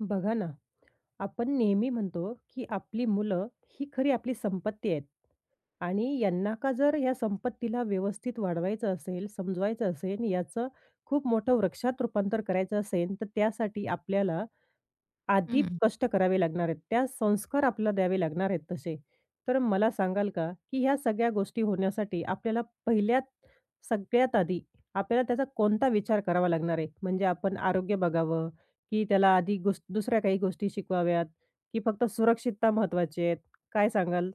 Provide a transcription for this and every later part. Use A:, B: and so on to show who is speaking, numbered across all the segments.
A: बघा ना, आपण नेहमी म्हणतो, की आपली मुलं ही खरी आपली संपत्ती आहेत आणि यांना का जर या संपत्तीला व्यवस्थित वाढवायचं असेल, समजवायचं असेल, याचं खूप मोठं वृक्षात रूपांतर करायचं असेल, तर त्यासाठी आपल्याला आधी
B: हं,
A: कष्ट करावे लागणार आहेत. त्या संस्कार आपल्याला द्यावे लागणार आहेत तसे. तर मला सांगाल का, की ह्या सगळ्या गोष्टी होण्यासाठी आपल्याला पहिल्यात सगळ्यात आधी आपल्याला त्याचा कोणता विचार करावा लागणार आहे? म्हणजे आपण आरोग्य बघावं, की त्याला आधी गोष्ट दुसऱ्या काही गोष्टी शिकवाव्यात, की फक्त सुरक्षितता महत्त्वाची आहे? काय सांगाल?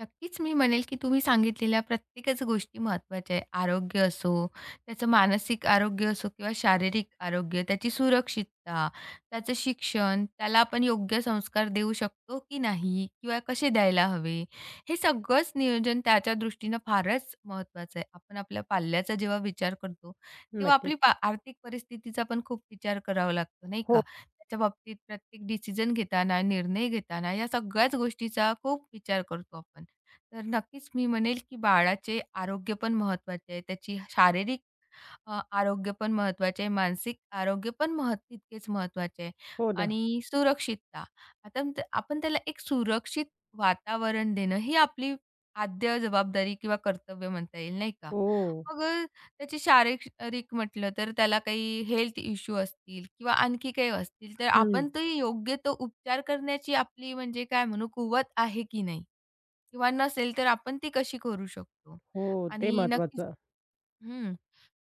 B: नक्कीच, मी म्हणेल की तुम्ही सांगितलेल्या प्रत्येकच गोष्टी महत्त्वाच्या आहे. आरोग्य असो, त्याचं मानसिक आरोग्य असो किंवा शारीरिक आरोग्य, त्याची सुरक्षितता, त्याचं शिक्षण, त्याला आपण योग्य संस्कार देऊ शकतो की नाही किंवा कसे द्यायला हवे, हे सगळंच नियोजन त्याच्या दृष्टीनं फारच महत्त्वाचं आहे. आपण आपल्या पाल्याचा जेव्हा विचार करतो, तेव्हा
A: नक्कीच.
B: आपली आर्थिक परिस्थितीचा पण खूप विचार करावा लागतो, नाही
A: हो,
B: का? त्याच्या बाबतीत प्रत्येक डिसिजन घेताना, निर्णय घेताना या सगळ्याच गोष्टीचा खूप विचार करतो आपण. तर नक्कीच मी म्हणेल, की बाळाचे आरोग्य पण महत्त्वाचे आहे. त्याची शारीरिक आरोग्य पण महत्त्वाचे आहे, मानसिक आरोग्य पण तितकेच महत्त्वाचे आहे
A: हो ना.
B: आणि सुरक्षितता. आता आपण त्याला एक सुरक्षित वातावरण देणं ही आपली आद्य जबाबदारी किंवा कर्तव्य म्हणता येईल, नाही का?
A: हो.
B: मग त्याची शारीरिक म्हटलं तर त्याला काही हेल्थ इश्यू असतील किंवा आणखी काही असतील, तर
A: हं.
B: आपण ते योग्य तो उपचार करण्याची आपली म्हणजे काय म्हणू कुवत आहे की नाही? किंवा नसेल तर आपण ती कशी करू शकतो?
A: हो, ते
B: आणि नक्कीच
A: महत्त्वाचं.
B: हं.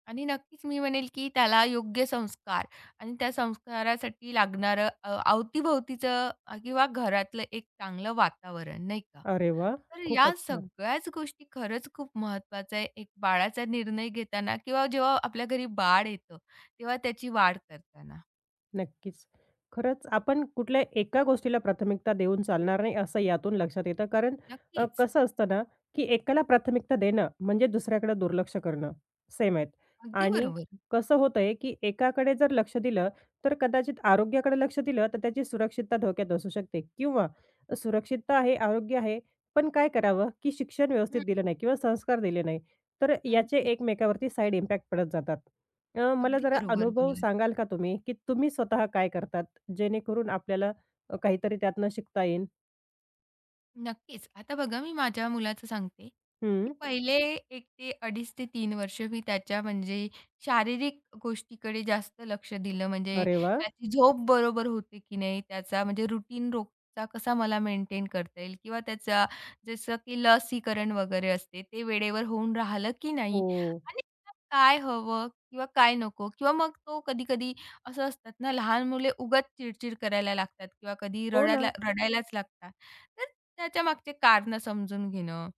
B: आणि नक्कीच मी म्हणेल, की त्याला योग्य संस्कार आणि त्या संस्कारासाठी लागणारं अवतीभोवतीचं किंवा घरातलं एक चांगलं वातावरण, नाही का?
A: अरे वाह!
B: तर या
A: खूपच छान.
B: सगळ्याच गोष्टी खरंच खूप महत्त्वाचं आहे. एक बाळाचा निर्णय घेताना किंवा जेव्हा आपल्या घरी बाळ येतं, तेव्हा त्याची वाढ करताना.
A: नक्कीच. खरंच आपण कुठल्या एका गोष्टीला प्राथमिकता देऊन चालणार नाही, असं यातून लक्षात येतं. कारण
B: नक्कीच.
A: कसं असतं ना, की एकाला प्राथमिकता देणं म्हणजे दुसऱ्याकडे दुर्लक्ष करणं सेम आहेत.
B: अगदी
A: आणि
B: बरोबर.
A: कसं होतंय, की एकाकडे जर लक्ष दिलं, तर कदाचित आरोग्याकडे लक्ष दिलं, तर त्याची सुरक्षितता धोक्यात असू शकते किंवा सुरक्षितता आहे, आरोग्य आहे, पण काय करावं, की शिक्षण व्यवस्थित
B: हं.
A: दिलं नाही किंवा संस्कार दिले नाही. तर याचे
B: अगदीच.
A: एकमेकावरती साइड इम्पॅक्ट पडत जातात. मला
B: अगदी
A: जरा
B: बरोबर
A: अनुभव
B: बोललात.
A: सांगाल का तुम्ही, की तुम्ही स्वतः काय करतात? जेणेकरून आपल्याला काहीतरी त्यातनं शिकता येईल?
B: नक्कीच. आता बघा मी माझ्या मुलाचं सांगते, की
A: हं.
B: पहिले 1 ते अडीच ते 3 वर्ष मी त्याच्या म्हणजे शारीरिक गोष्टीकडे जास्त लक्ष दिलं. म्हणजे
A: अरे वाह!
B: त्याची झोप बरोबर होते की नाही, त्याचा म्हणजे रुटीन रोजचा कसा मला मेंटेन करता येईल किंवा त्याचा जसं की लसीकरण वगैरे असते, ते वेळेवर होऊन राहिलं की नाही
A: हो.
B: आणि त्याला काय हवं किंवा काय नको किंवा मग तो कधी-कधी असं असतात ना, लहान मुले उगाच चिडचिड करायला लागतात किंवा कधी
A: हो ना.
B: रडायला रडायलाच लागतात. तर त्याच्या मागचे कारणं समजून घेणं,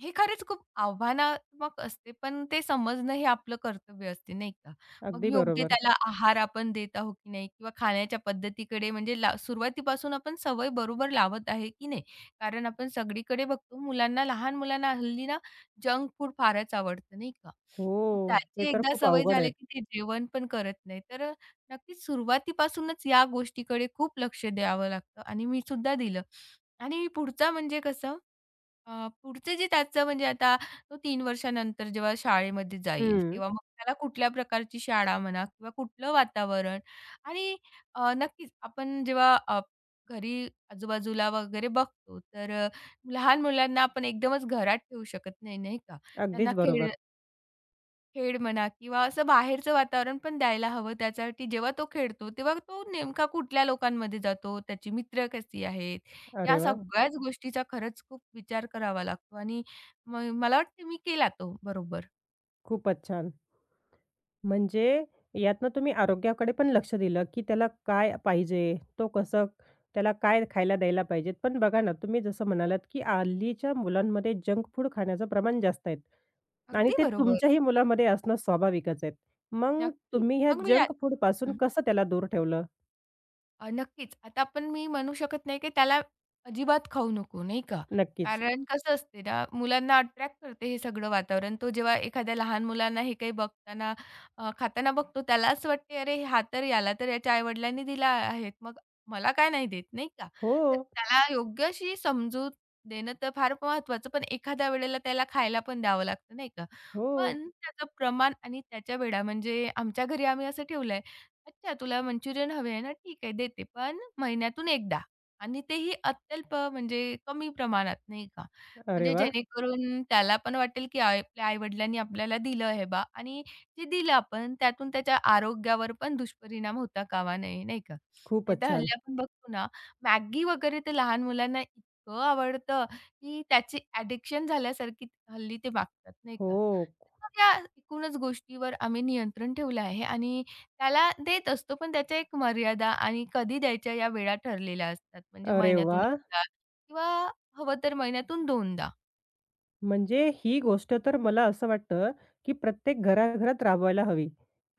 B: हे खरंच खूप आव्हानात्मक असते, पण ते समजणं हे आपलं कर्तव्य असते, नाही का? मग
A: अगदी
B: योग्य
A: बरोबर.
B: त्याला आहार आपण देत आहोत की नाही किंवा खाण्याच्या पद्धतीकडे म्हणजे सुरुवातीपासून आपण सवय बरोबर लावत आहे की नाही? कारण आपण सगळीकडे बघतो मुलांना, लहान मुलांना हल्ली ना जंक फूड फारच आवडतं, नाही का? मग
A: हो. ते
B: त्याची
A: तर
B: एकदा
A: खूप
B: सवय
A: अवघड
B: झाली
A: आहेत.
B: की ते जेवण पण करत नाही. तर नक्कीच सुरुवातीपासूनच या गोष्टीकडे खूप लक्ष द्यावं लागतं आणि मी सुद्धा दिलं. आणि पुढचा म्हणजे कसं पुढचं जे त्याचं म्हणजे आता तो 3 वर्षानंतर जेव्हा शाळेमध्ये जाईल,
A: हं.
B: तेव्हा मग त्याला कुठल्या प्रकारची शाळा म्हणा किंवा कुठलं वातावरण आणि नक्कीच आपण जेव्हा घरी आजूबाजूला वगैरे बघतो, तर लहान मुलांना आपण एकदमच घरात ठेवू शकत नाही, नाही का? त्यांना
A: अगदीच
B: खेळ
A: बरोबर.
B: खेळ म्हणा किंवा असं बाहेरचं वातावरण पण द्यायला हवं त्यासाठी. जेव्हा तो खेळतो, तेव्हा तो नेमका कुठल्या लोकांमध्ये जातो, त्याची मित्र कशी आहेत,
A: अरे
B: या
A: वाह!
B: सगळ्याच गोष्टीचा खरंच खूप विचार करावा लागतो आणि मला वाटतं मी केला तो. बरोबर.
A: खूपच छान. म्हणजे यातनं तुम्ही आरोग्याकडे पण लक्ष दिलं, की त्याला काय पाहिजे? तो कसं त्याला काय खायला द्यायला पाहिजेत. पण बघा ना, तुम्ही जसं म्हणालात, की हल्लीच्या मुलांमध्ये जंक फूड खाण्याचं प्रमाण जास्त आहे आणि
B: अगदी
A: ते
B: बरोबर.
A: तुमच्याही मुलामध्ये असणं स्वाभाविकच आहे. मग
B: नक्कीच.
A: तुम्ही ह्या
B: मग मी या
A: जंक फूडपासून कसं त्याला दूर ठेवलं?
B: अ, नक्कीच. आता आपण मी म्हणू शकत नाही, की त्याला अजिबात खाऊ नको, नाही का?
A: नक्कीच.
B: कारण कसं असते ना, मुलांना अट्रॅक्ट करते हे सगळं वातावरण. तो जेव्हा एखाद्या लहान मुलांना हे काही बघताना, खाताना बघतो, त्याला असं वाटते, "अरे, हा तर याला तर याच्या आई-वडिलांनी दिला आहेत, मग मला का नाही देत?" नाही का?
A: हो,
B: तर त्याला योग्य अशी समजूत देणं तर फार महत्त्वाचं, पण एखाद्या वेळेला त्याला खायला पण द्यावं लागतं, नाही का?
A: हो.
B: पण त्याचं प्रमाण आणि त्याच्या वेळा म्हणजे आमच्या घरी आम्ही असं ठेवलंय अच्छा, तुला मंचुरियन हवे आहे ना? ठीक आहे, देते. पण महिन्यातून एकदा आणि तेही अत्यल्प म्हणजे कमी प्रमाणात, नाही का?
A: अरे
B: म्हणजे
A: वाह!
B: जेणेकरून त्याला पण वाटेल, की आई आपल्या आई-वडिलांनी आपल्याला दिलं हे आणि जे दिलं आपण त्यातून त्याच्या आरोग्यावर पण दुष्परिणाम होता कामा नये, नाही का?
A: खूपच
B: नाहीतर
A: छान.
B: हल्ली आपण बघतो ना, मॅगी वगैरे ते लहान मुलांना इतकं आवडतं, की त्याची ॲडिक्शन झाल्यासारखी हल्ली ते वागतात, नाही का?
A: हो.
B: तर या एकूणच गोष्टीवर आम्ही नियंत्रण ठेवलं आहे आणि त्याला देत असतो, पण त्याच्या एक मर्यादा आणि कधी द्यायच्या या वेळा ठरलेल्या असतात. म्हणजे
A: अरे
B: महिन्यातून
A: वाह!
B: एकदा किंवा हवं तर महिन्यातून 2दा.
A: म्हणजे ही गोष्ट तर मला असं वाटतं, की प्रत्येक घराघरात राबवायला हवी.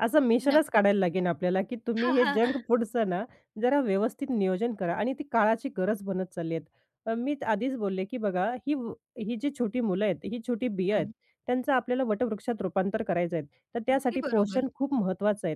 A: असं मिशनच
B: नक्की.
A: काढायला लागेन आपल्याला, की तुम्ही हे जंक फूडचं ना जरा व्यवस्थित नियोजन करा आणि ती काळाची गरज बनत चालली आहे. मी आधीच बोलले, की बघा ही जी छोटी मुलं आहेत, ही छोटी बिया आहेत,
B: हं.
A: त्यांचं आपल्याला वटवृक्षात रूपांतर करायचं आहे. तर
B: अगदी
A: त्यासाठी
B: बरोबर.
A: पोषण खूप महत्त्वाचं आहे.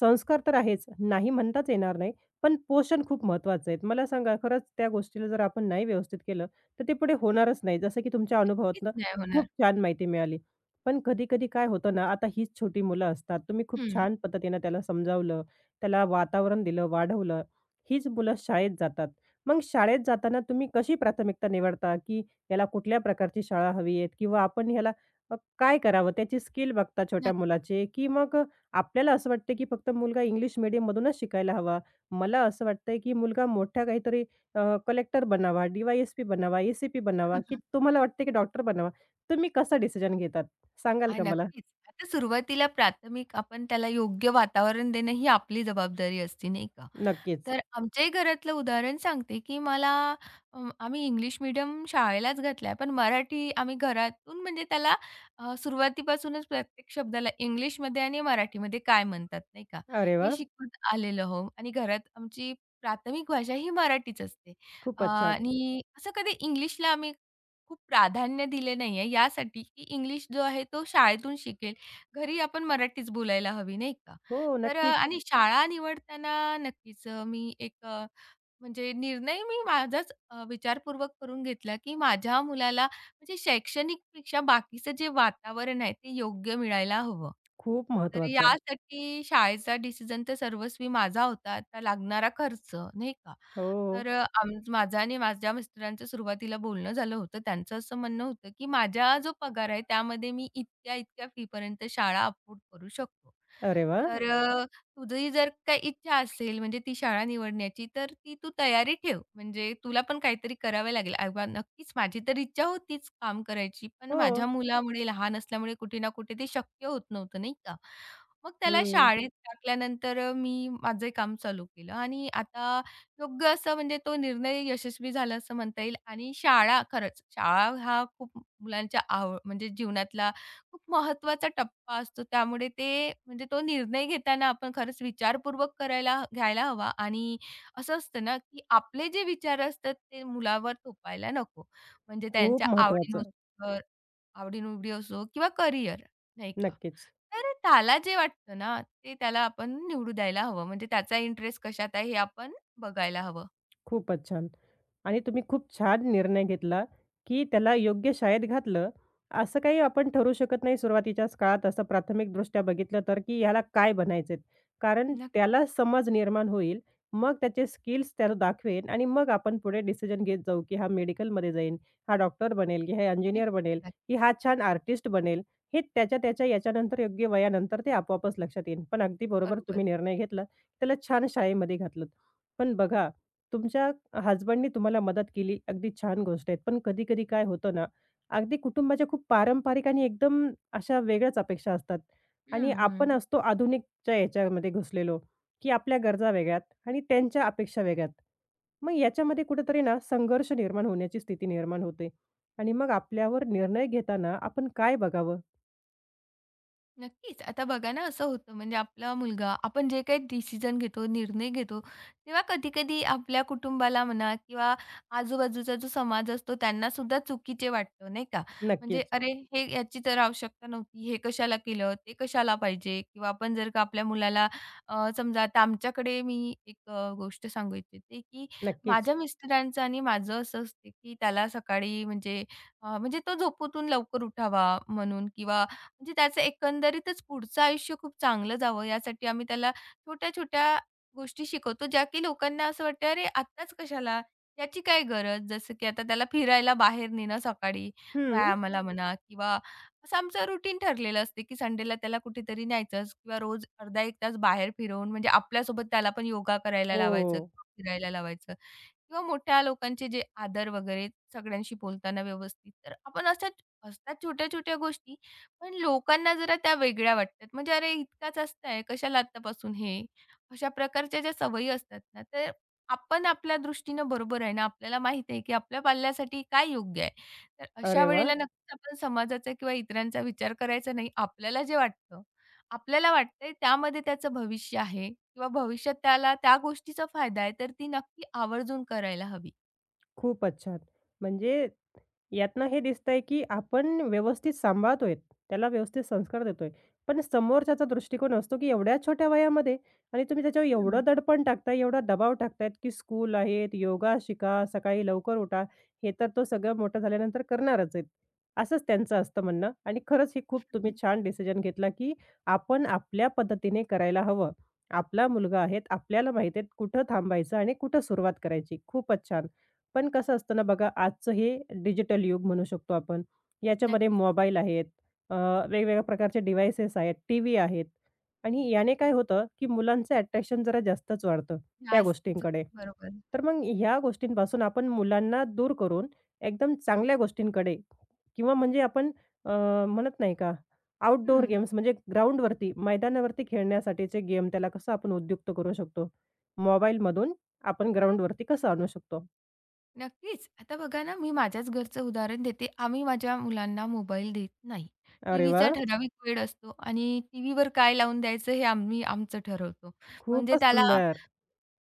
A: संस्कार तर आहेच, नाही म्हणताच येणार नाही, पण पोषण खूप महत्त्वाचं आहे. मला सांगा खरंच त्या गोष्टीला जर आपण नाही व्यवस्थित केलं तर ते पुढे होणारच नाही. जसं की तुमच्या
B: नक्कीच
A: अनुभवातनं
B: नाही होणार.
A: खूप छान माहिती मिळाली. पण कधी-कधी काय होतं ना, आता हीच छोटी मुलं असतात. तुम्ही खूप
B: हं.
A: छान पद्धतीनं त्याला समजावलं, त्याला वातावरण दिलं, वाढवलं. हीच मुलं शाळेत जातात. मग शाळेत जाताना तुम्ही कशी प्राथमिकता निवडता, की याला कुठल्या प्रकारची शाळा हवी आहे किंवा आपण ह्याला काय करावं? त्याची स्किल बघता छोट्या
B: नक्कीच.
A: मुलाचे, की मग आपल्याला असं वाटतं, की फक्त मुलगा इंग्लिश मीडियममधूनच शिकायला हवा. मला असं वाटतंय, की मुलगा मोठ्या काहीतरी कलेक्टर बनावा, DYSP बनावा, ACP बनावा,
B: हं,
A: की
B: हं.
A: तुम्हाला वाटते की डॉक्टर बनावा. तुम्ही कसा डिसिजन घेतात? सांगाल
B: हां,
A: का मला?
B: नक्कीच. आता सुरुवातीला प्राथमिक आपण त्याला योग्य वातावरण देणं ही आपली जबाबदारी असते, नाही का?
A: नक्कीच.
B: तर आमच्याही घरातलं उदाहरण सांगते, की मला आम्ही इंग्लिश मीडियम शाळेलाच घातला आहे, पण मराठी आम्ही घरातून म्हणजे त्याला सुरुवातीपासूनच प्रत्येक शब्दाला इंग्लिशमध्ये आणि मराठीमध्ये काय म्हणतात, नाही का,
A: अरे
B: हे
A: वाह!
B: शिकवत आलेलो हो, आणि घरात आमची प्राथमिक भाषा ही मराठीच असते.
A: खूपच छान.
B: आणि असं कधी इंग्लिशला आम्ही खूप प्राधान्य दिले नाही आहे, यासाठी की इंग्लिश जो आहे तो शाळेतून शिकेल. घरी आपण मराठीच बोलायला हवी, नाही का?
A: हो,
B: तर
A: नक्कीच.
B: आणि शाळा निवडताना नक्कीच मी एक म्हणजे निर्णय मी माझाच विचारपूर्वक करून घेतला, की माझ्या मुलाला म्हणजे शैक्षणिकपेक्षा बाकीचं जे वातावरण आहे ते योग्य मिळायला हवं.
A: खूप
B: तर
A: महत्वाचं.
B: यासाठी शाळेचा डिसिजन तर सर्वस्वी माझा होता. आता लागणारा खर्च नाही का?
A: हो.
B: तर माझं आणि माझ्या मिस्टरांचं सुरुवातीला बोलणं झालं होतं. त्यांचं असं म्हणणं होतं, की माझा जो पगार आहे त्यामध्ये मी इतक्या-इतक्या फीपर्यंत शाळा अफोर्ड करू शकतो.
A: अरे वाह!
B: तर तुझी जर काही इच्छा असेल म्हणजे ती शाळा निवडण्याची, तर ती तू तयारी ठेव. म्हणजे तुला पण काहीतरी करावे लागेल. अरे वाह! नक्कीच माझी तर इच्छा होतीच काम करायची, पण
A: हो.
B: माझ्या मुलामुळे लहान असल्यामुळे कुठे ना कुठे ते शक्य होत नव्हतं, नाही का? मग त्याला
A: हं.
B: शाळेत टाकल्यानंतर मी माझं काम चालू केलं आणि आता योग्य असं म्हणजे तो निर्णय यशस्वी झाला असं म्हणता येईल आणि शाळा खरंच शाळा हा खूप मुलांच्या म्हणजे जीवनातला खूप महत्त्वाचा टप्पा असतो. त्यामुळे ते म्हणजे तो निर्णय घेताना आपण खरंच विचारपूर्वक करायला घ्यायला हवा आणि असं असतं ना, की आपले जे विचार असतात ते मुलावर थोपायला नको. म्हणजे
A: खूप
B: त्यांच्या
A: महत्वाचं.
B: आवडीनुसार आवडी-निवडी असो किंवा करियर नाही का?
A: नक्कीच.
B: तर त्याला जे वाटतं ना, ते त्याला आपण निवडू द्यायला हवं. म्हणजे त्याचा इंटरेस्ट कशात आहे हे आपण बघायला हवं.
A: खूपच छान. आणि तुम्ही खूप छान निर्णय घेतला, की त्याला योग्य शाळेत घातलं. असं काही आपण ठरवू शकत नाही सुरुवातीच्याच काळात असं प्राथमिकदृष्ट्या बघितलं तर, की ह्याला काय बनायचंय? कारण
B: नक्कीच,
A: त्याला समज निर्माण होईल. मग त्याचे स्किल्स त्याला दाखवेन आणि मग आपण पुढे डिसिजन घेत जाऊ, की हा मेडिकलमध्ये जाईन, हा डॉक्टर बनेल, की हा
B: नक्कीच,
A: इंजिनिअर बनेल,
B: नक्की.
A: की हा छान आर्टिस्ट बनेल. हे त्याच्या त्याच्या याच्यानंतर योग्य वयानंतर ते आपोआपच लक्षात येईल. पण अगदी बरोबर
B: बरोबर.
A: तुम्ही निर्णय घेतला, त्याला छान शाळेमध्ये घातलंत. पण बघा, तुमच्या हसबंडनी तुम्हाला मदत केली, अगदी छान गोष्ट आहे. पण कधी-कधी काय होतं ना, अगदी कुटुंबाच्या खूप पारंपरिक आणि एकदम अशा वेगळ्याच अपेक्षा असतात आणि
B: हं, हं.
A: आपण असतो आधुनिकच्या याच्यामध्ये घुसलेलो, की आपल्या गरजा वेगळ्यात आणि त्यांच्या अपेक्षा वेगळ्यात. मग याच्यामध्ये कुठेतरी ना संघर्ष निर्माण होण्याची स्थिती निर्माण होते आणि मग आपल्यावर निर्णय घेताना आपण काय बघावं?
B: नक्कीच. आता बघा ना, असं होतं म्हणजे आपला मुलगा आपण जे काही डिसिजन घेतो, निर्णय घेतो, तेव्हा कधी-कधी आपल्या कुटुंबाला म्हणा किंवा आजूबाजूचा जो समाज असतो त्यांनासुद्धा चुकीचे वाटतं, नाही का? म्हणजे
A: नक्कीच,
B: "अरे, हे याची तर आवश्यकता नव्हती. हे कशाला केलं? ते कशाला पाहिजे?" किंवा आपण जर का आपल्या मुलाला समजा आता आमच्याकडे मी एक गोष्ट सांगू इच्छिते, की
A: नक्कीच.
B: माझ्या मिस्टरांचं आणि माझं असं असते, की त्याला सकाळी म्हणजे म्हणजे तो झोपेतून लवकर उठावा म्हणून किंवा म्हणजे त्याचं एकंदरीतच पुढचं आयुष्य खूप चांगलं जावं यासाठी आम्ही त्याला छोट्या-छोट्या गोष्टी शिकवतो, ज्या की लोकांना असं वाटतं, "अरे आत्ताच कशाला? याची काय गरज?" जसं की आता त्याला फिरायला बाहेर नेणं सकाळी
A: हं.
B: व्यायामाला म्हणा किंवा असं आमचं रुटीन ठरलेलं असते, की संडेला त्याला कुठेतरी न्यायचंच किंवा रोज अर्धा 1 तास बाहेर फिरवून म्हणजे आपल्यासोबत त्याला पण योगा करायला
A: हो.
B: लावायचं, फिरायला लावायचं. किंवा मोठ्या लोकांचे जे आदर वगैरे सगळ्यांशी बोलताना व्यवस्थित. तर आपण अशा असतात छोट्या-छोट्या गोष्टी, पण लोकांना जरा त्या वेगळ्या वाटतात. म्हणजे अरे इतकाच असताय, कशाला आत्तापासून हे? अशा प्रकारच्या ज्या सवयी असतात ना, तर आपण आपल्या दृष्टीनं बरोबर आहे ना, आपल्याला माहीत आहे की आपल्या पाल्यासाठी काय योग्य आहे. तर अशा
A: अरे वाह!
B: वेळेला हो. नक्कीच आपण समाजाचा किंवा इतरांचा विचार करायचा नाही. आपल्याला जे वाटतं, आपल्याला वाटतंय त्यामध्ये त्याचं भविष्य आहे. किंवा भविष्यात त्याला त्या गोष्टीचा फायदा आहे, तर ती नक्की आवर्जून करायला हवी.
A: खूपच छान. म्हणजे यातनं हे दिसतंय की आपण व्यवस्थित सांभाळतोय, त्याला व्यवस्थित संस्कार देतोय. पण समोरच्याचा दृष्टिकोन असतो की एवढ्या छोट्या वयामध्ये आणि तुम्ही त्याच्यावर
B: हं,
A: एवढं दडपण टाकताय, एवढा दबाव टाकतायत की स्कूल आहेत, योगा शिका, सकाळी लवकर उठा. हे तर तो सगळं मोठं झाल्यानंतर करणारच आहेत. असंच त्यांचं असतं म्हणणं आणि खरंच हे खूप तुम्ही
B: हं.
A: छान डिसिजन घेतला की आपण आपल्या पद्धतीने करायला हवं. आपला मुलगा आहेत, आपल्याला माहिती आहे कुठं थांबायचं आणि कुठं सुरुवात करायची. खूपच छान. पण कसं असतं ना बघा, आजचं हे डिजिटल युग म्हणू शकतो आपण. याच्यामध्ये
B: नक्कीच.
A: मोबाईल आहेत, अ, वेगवेगळ्या प्रकारचे डिव्हाइसेस आहेत, टीव्ही आहेत आणि याने काय होतं, की मुलांचं अट्रॅक्शन जरा जास्तच वाढतं त्या
B: जास्तच
A: गोष्टींकडे.
B: बरोबर.
A: तर मग ह्या गोष्टींपासून आपण मुलांना दूर करून एकदम चांगल्या गोष्टींकडे किंवा म्हणजे आपण अ, म्हणत नाही का, आउटडोअर
B: हं.
A: गेम्स म्हणजे ग्राउंडवरती, मैदानावरती खेळण्यासाठीचे गेम त्याला कसं आपण उद्युक्त करू शकतो. मोबाईलमधून आपण ग्राउंडवरती कसं आणू शकतो?
B: नक्कीच. आता बघा ना, मी माझ्याच घरचं उदाहरण देते. आम्ही माझ्या मुलांना मोबाईल देत नाही.
A: अरे
B: टीव्हीचा
A: वाह!
B: ठराविक वेळ असतो आणि टीव्हीवर काय लावून द्यायचं हे आम्ही आमचं ठरवतो. म्हणजे
A: खूपच
B: त्याला
A: सुंदर.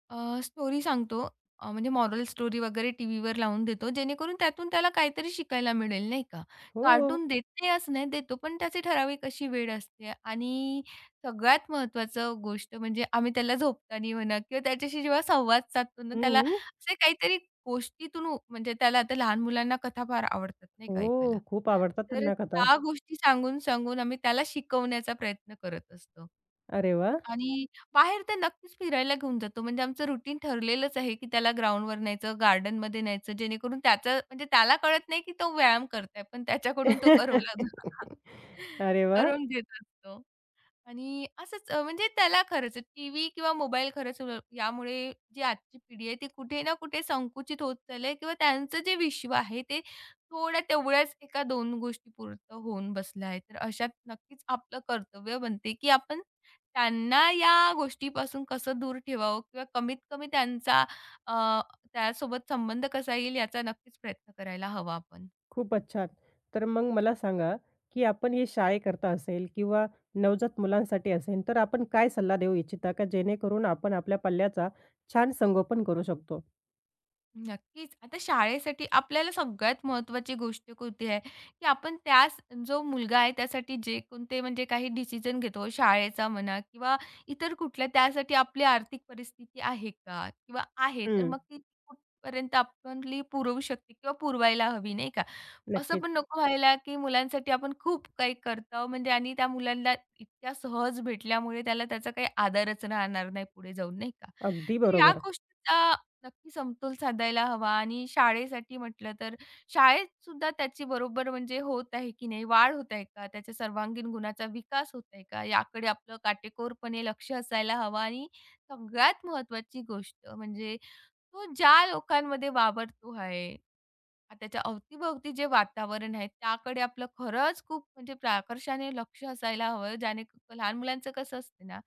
B: स्टोरी सांगतो. म्हणजे मॉरल स्टोरी वगैरे टीव्हीवर लावून देतो, जेणेकरून त्यातून त्याला काहीतरी शिकायला मिळेल, नाही का.
A: हो.
B: कार्टून देत नाही असं नाही, देतो पण त्याची ठराविक अशी वेळ असते आणि सगळ्यात महत्त्वाचं गोष्ट म्हणजे आम्ही त्याला झोपताना म्हणा किंवा त्याच्याशी जेव्हा संवाद साधतो ना, त्याला
A: हं.
B: असे काहीतरी गोष्टीतून म्हणजे त्याला आता लहान मुलांना कथा फार आवडतात, नाही का ऐकायला.
A: हो, खूप आवडतात
B: तर
A: त्यांना कथा.
B: त्या गोष्टी सांगून, सांगून आम्ही त्याला शिकवण्याचा प्रयत्न करत असतो.
A: अरे वाह!
B: आणि बाहेर तर नक्कीच फिरायला घेऊन जातो. म्हणजे आमचं रुटीन ठरलेलंच आहे, की त्याला ग्राउंडवर न्यायचं, गार्डनमध्ये न्यायचं, जेणेकरून त्याचं म्हणजे त्याला कळत नाही, की तो व्यायाम करत आहे. पण त्याच्याकडून तो करवला
A: अरे वाह!
B: करून घेत असतो. आणि असंच म्हणजे त्याला खरंच टीव्ही किंवा मोबाईल खरंच यामुळे जी आजची पिढी आहे ती कुठे ना कुठे संकुचित होत चालली आहे किंवा त्यांचं जे विश्व आहे ते थोड्या तेवढ्याच एका 2 गोष्टीपुरतं होऊन बसलं आहे. तर अशात नक्कीच आपलं कर्तव्य बनते, की आपण त्यांना या गोष्टीपासून कसं दूर ठेवावं किंवा कमीत कमी त्यांचा अ, त्यासोबत संबंध कसा येईल याचा नक्कीच प्रयत्न करायला हवा आपण.
A: खूपच छान. तर मग मला सांगा, की आपण हे शाळेकरता असेल किंवा नवजात मुलांसाठी असेल, तर आपण काय सल्ला देऊ इच्छिता का जेणेकरून आपण आपल्या पल्ल्याचा छान संगोपन करू शकतो?
B: नक्कीच. आता शाळेसाठी आपल्याला सगळ्यात महत्त्वाची गोष्ट कोणती आहे, की आपण त्यास जो मुलगा आहे त्यासाठी जे कोणते म्हणजे काही डिसिजन घेतो शाळेचा म्हणा किंवा इतर कुठल्या त्यासाठी आपली आर्थिक परिस्थिती आहे का? किंवा आहे तर
A: हं,
B: मग ती कुठपर्यंत आपली पुरवू शकते किंवा पुरवायला हवी नाही का? असं
A: नक्कीच.
B: पण नको व्हायला, की मुलांसाठी आपण खूप काही करतो म्हणजे आणि त्या मुलांना इतक्या सहज भेटल्यामुळे त्याला त्याचा काही आदरच राहणार नाही पुढे जाऊन नाही का?
A: अगदी
B: तर या
A: बरोबर.
B: गोष्टीचा नक्की समतोल साधायला हवा आणि शाळेसाठी म्हटलं तर शाळेत सुद्धा त्याची बरोबर म्हणजे होत आहे की नाही, वाढ होत आहे का? त्याच्या सर्वांगीण गुणाचा विकास होत आहे का? याकडे आपलं काटेकोरपणे लक्ष असायला हवं आणि सगळ्यात महत्त्वाची गोष्ट म्हणजे तो ज्या लोकांमध्ये वावरतो आहे, त्याच्या अवतीभोवती जे वातावरण आहे, त्याकडे आपलं खरंच खूप म्हणजे प्राकर्षाने लक्ष असायला हवं. ज्याने लहान मुलांचं कसं असते ना,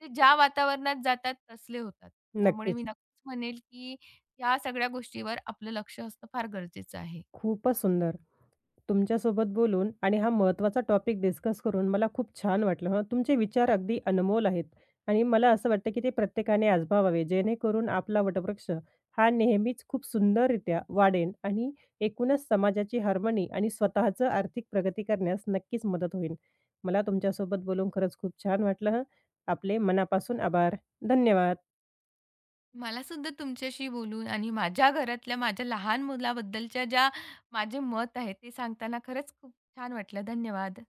B: ते ज्या वातावरणात जातात तसले होतात. त्यामुळे
A: नक्कीच.
B: मी म्हणेल की या सगळ्या गोष्टीवर आपलं लक्ष असणं फार गरजेचं आहे.
A: खूपच सुंदर. तुमच्यासोबत बोलून आणि हा महत्त्वाचा टॉपिक डिस्कस करून मला खूप छान वाटलं हं. तुमचे विचार अगदी अनमोल आहेत आणि मला असं वाटतं की ते प्रत्येकाने आजमावावे जेणेकरून आपला वटवृक्ष हा नेहमीच खूप सुंदररित्या वाढेल आणि एकूणच समाजाची हार्मनी आणि स्वतःचं आर्थिक प्रगती करण्यास नक्कीच मदत होईल. मला तुमच्यासोबत बोलून खरंच खूप छान वाटलं हं. आपले मनापासून आभार. धन्यवाद.
B: मला सुद्धा तुमच्याशी बोलून आणि माझ्या घरातल्या माझ्या लहान मुलाबद्दलच्या ज्या माझे मत आहे ते सांगताना खरंच खूप छान वाटलं. धन्यवाद.